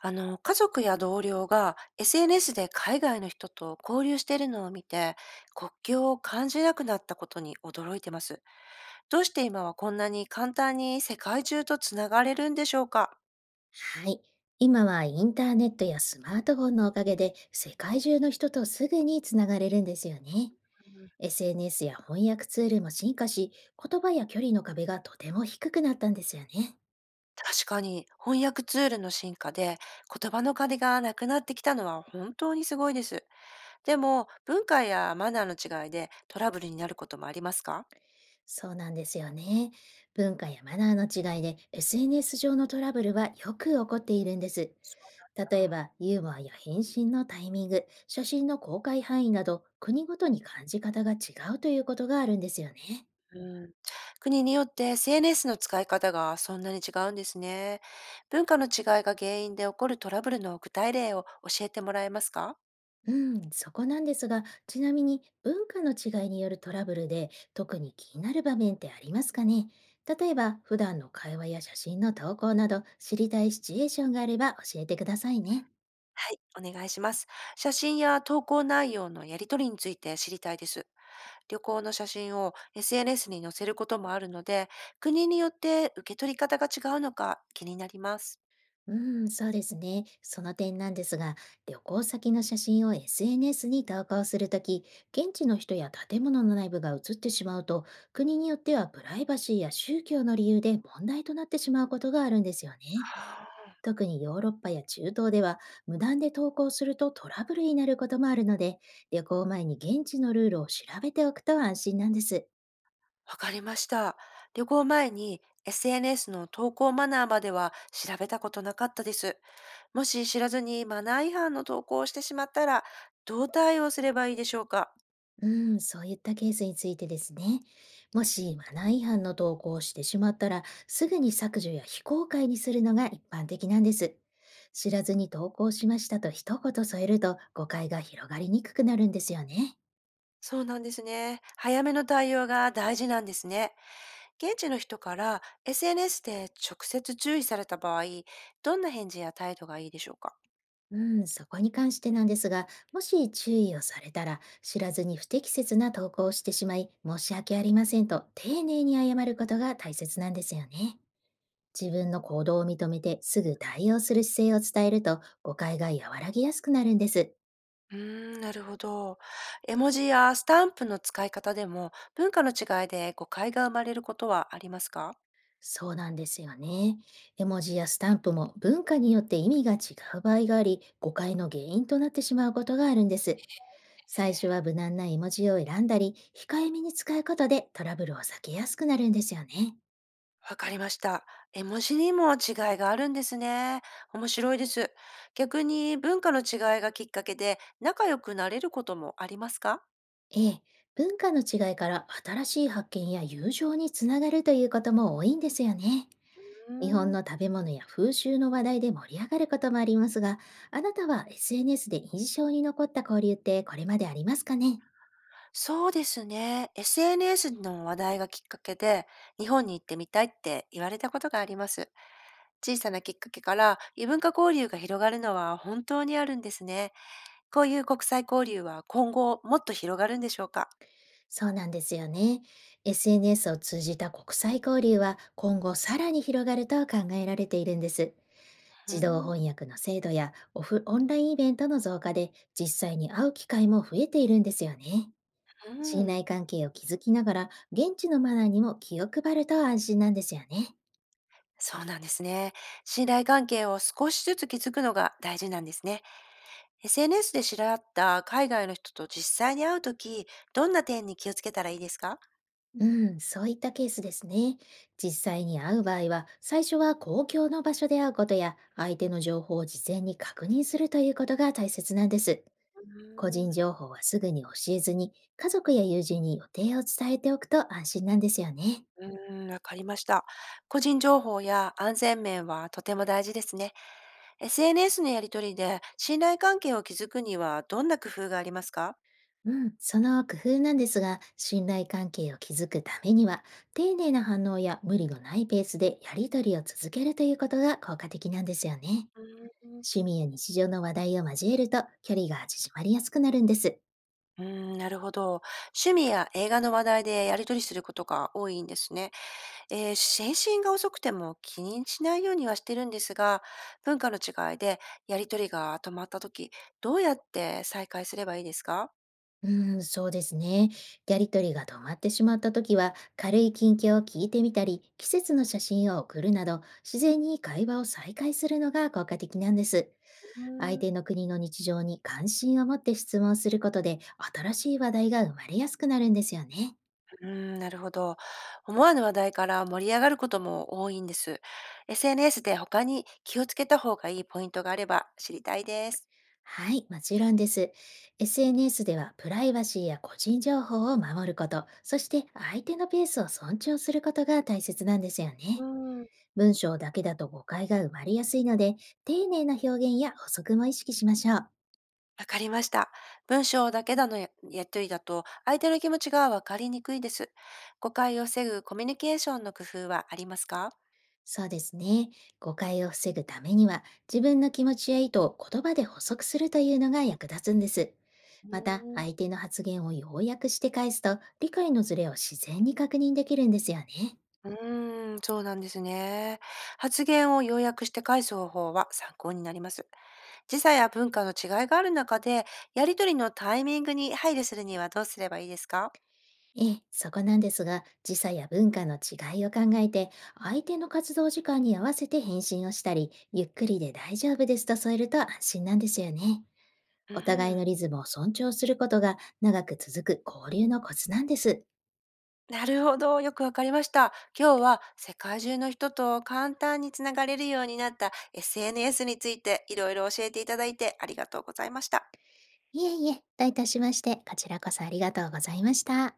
家族や同僚が SNS で海外の人と交流しているのを見て、国境を感じなくなったことに驚いてます。どうして今はこんなに簡単に世界中とつながれるんでしょうか？はい。今はインターネットやスマートフォンのおかげで世界中の人とすぐにつながれるんですよね。SNS や翻訳ツールも進化し、言葉や距離の壁がとても低くなったんですよね。確かに翻訳ツールの進化で言葉の壁がなくなってきたのは本当にすごいです。でも文化やマナーの違いでトラブルになることもありますか？そうなんですよね。文化やマナーの違いで SNS 上のトラブルはよく起こっているんです。例えば、ユーモアや返信のタイミング、写真の公開範囲など、国ごとに感じ方が違うということがあるんですよね。うん、国によって SNS の使い方がそんなに違うんですね。文化の違いが原因で起こるトラブルの具体例を教えてもらえますか？うん、そこなんですが、ちなみに文化の違いによるトラブルで特に気になる場面ってありますかね？例えば、普段の会話や写真の投稿など知りたいシチュエーションがあれば教えてくださいね。はい、お願いします。写真や投稿内容のやり取りについて知りたいです。旅行の写真を SNS に載せることもあるので、国によって受け取り方が違うのか気になります。うん、そうですね。その点なんですが、旅行先の写真を SNS に投稿するとき、現地の人や建物の内部が写ってしまうと、国によってはプライバシーや宗教の理由で問題となってしまうことがあるんですよね。特にヨーロッパや中東では無断で投稿するとトラブルになることもあるので、旅行前に現地のルールを調べておくと安心なんです。わかりました。旅行前に SNS の投稿マナーまでは調べたことなかったです。もし知らずにマナー違反の投稿をしてしまったら、どう対応すればいいでしょうか？うん、そういったケースについてですね。もしマナー違反の投稿をしてしまったら、すぐに削除や非公開にするのが一般的なんです。知らずに投稿しましたと一言添えると誤解が広がりにくくなるんですよね。そうなんですね。早めの対応が大事なんですね。現地の人から SNS で直接注意された場合、どんな返事や態度がいいでしょうか？うん、そこに関してなんですが、もし注意をされたら、知らずに不適切な投稿をしてしまい、申し訳ありませんと丁寧に謝ることが大切なんですよね。自分の行動を認めてすぐ対応する姿勢を伝えると誤解が和らぎやすくなるんです。うーなるほど。絵文字やスタンプの使い方でも文化の違いで誤解が生まれることはありますか？そうなんですよね。絵文字やスタンプも文化によって意味が違う場合があり、誤解の原因となってしまうことがあるんです。最初は無難な絵文字を選んだり、控えめに使うことでトラブルを避けやすくなるんですよね。わかりました。絵文字にも違いがあるんですね。面白いです。逆に文化の違いがきっかけで仲良くなれることもありますか？ええ、文化の違いから新しい発見や友情につながるということも多いんですよね。うー日本んの食べ物や風習の話題で盛り上がることもありますが、あなたは SNS で印象に残った交流ってこれまでありますかね？そうですね。SNS の話題がきっかけで日本に行ってみたいって言われたことがあります。小さなきっかけから異文化交流が広がるのは本当にあるんですね。こういう国際交流は今後もっと広がるんでしょうか？そうなんですよね。SNS を通じた国際交流は今後さらに広がると考えられているんです。うー自動ん、翻訳の精度やオフオンラインイベントの増加で実際に会う機会も増えているんですよね。う信ん頼関係を築きながら現地のマナーにも気を配ると安心なんですよね。そうなんですね。信頼関係を少しずつ築くのが大事なんですね。SNS で知り合った海外の人と実際に会うとき、どんな点に気をつけたらいいですか？うん、そういったケースですね。実際に会う場合は、最初は公共の場所で会うことや相手の情報を事前に確認するということが大切なんです。個う人情報はすぐに教えずに、家族や友人に予定を伝えておくと安心なんですよね。ーんわかりました。個人情報や安全面はとても大事ですね。SNS のやりとりで信頼関係を築くにはどんな工夫がありますか？うん、その工夫なんですが、信頼関係を築くためには、丁寧な反応や無理のないペースでやり取りを続けるということが効果的なんですよね。うーん趣味や日常の話題を交えると距離が縮まりやすくなるんです。うーなるほど。趣味や映画の話題でやりとりすることが多いんですね。返信が遅くても気にしないようにはしてるんですが、文化の違いでやりとりが止まった時、どうやって再開すればいいですか？うん、そうですね。やり取りが止まってしまった時は、軽い近況を聞いてみたり、季節の写真を送るなど、自然に会話を再開するのが効果的なんです。う相ーん手の国の日常に関心を持って質問することで、新しい話題が生まれやすくなるんですよね。うーなるほど。思わぬ話題から盛り上がることも多いんです。SNS で他に気をつけた方がいいポイントがあれば知りたいです。はい、もちろんです。SNS ではプライバシーや個人情報を守ること、そして相手のペースを尊重することが大切なんですようね。ーん文章だけだと誤解が生まれやすいので、丁寧な表現や補足も意識しましょう。わかりました。文章だけだのややりとりだと相手の気持ちがわかりにくいです。誤解を防ぐコミュニケーションの工夫はありますか？そうですね。誤解を防ぐためには、自分の気持ちや意図を言葉で補足するというのが役立つんです。うまた、ーん相手の発言を要約して返すと、理解のズレを自然に確認できるんですよね。そうなんですね。発言を要約して返す方法は参考になります。時差や文化の違いがある中で、やりとりのタイミングに配慮するにはどうすればいいですか？ええ、そこなんですが、時差や文化の違いを考えて、相手の活動時間に合わせて返信をしたり、ゆっくりで大丈夫ですと添えると安心なんですよね。うお互いん、のリズムを尊重することが長く続く交流のコツなんです。なるほど。よくわかりました。今日は世界中の人と簡単につながれるようになった SNS についていろいろ教えていただいてありがとうございました。いえいえ、どういたしまして、こちらこそありがとうございました。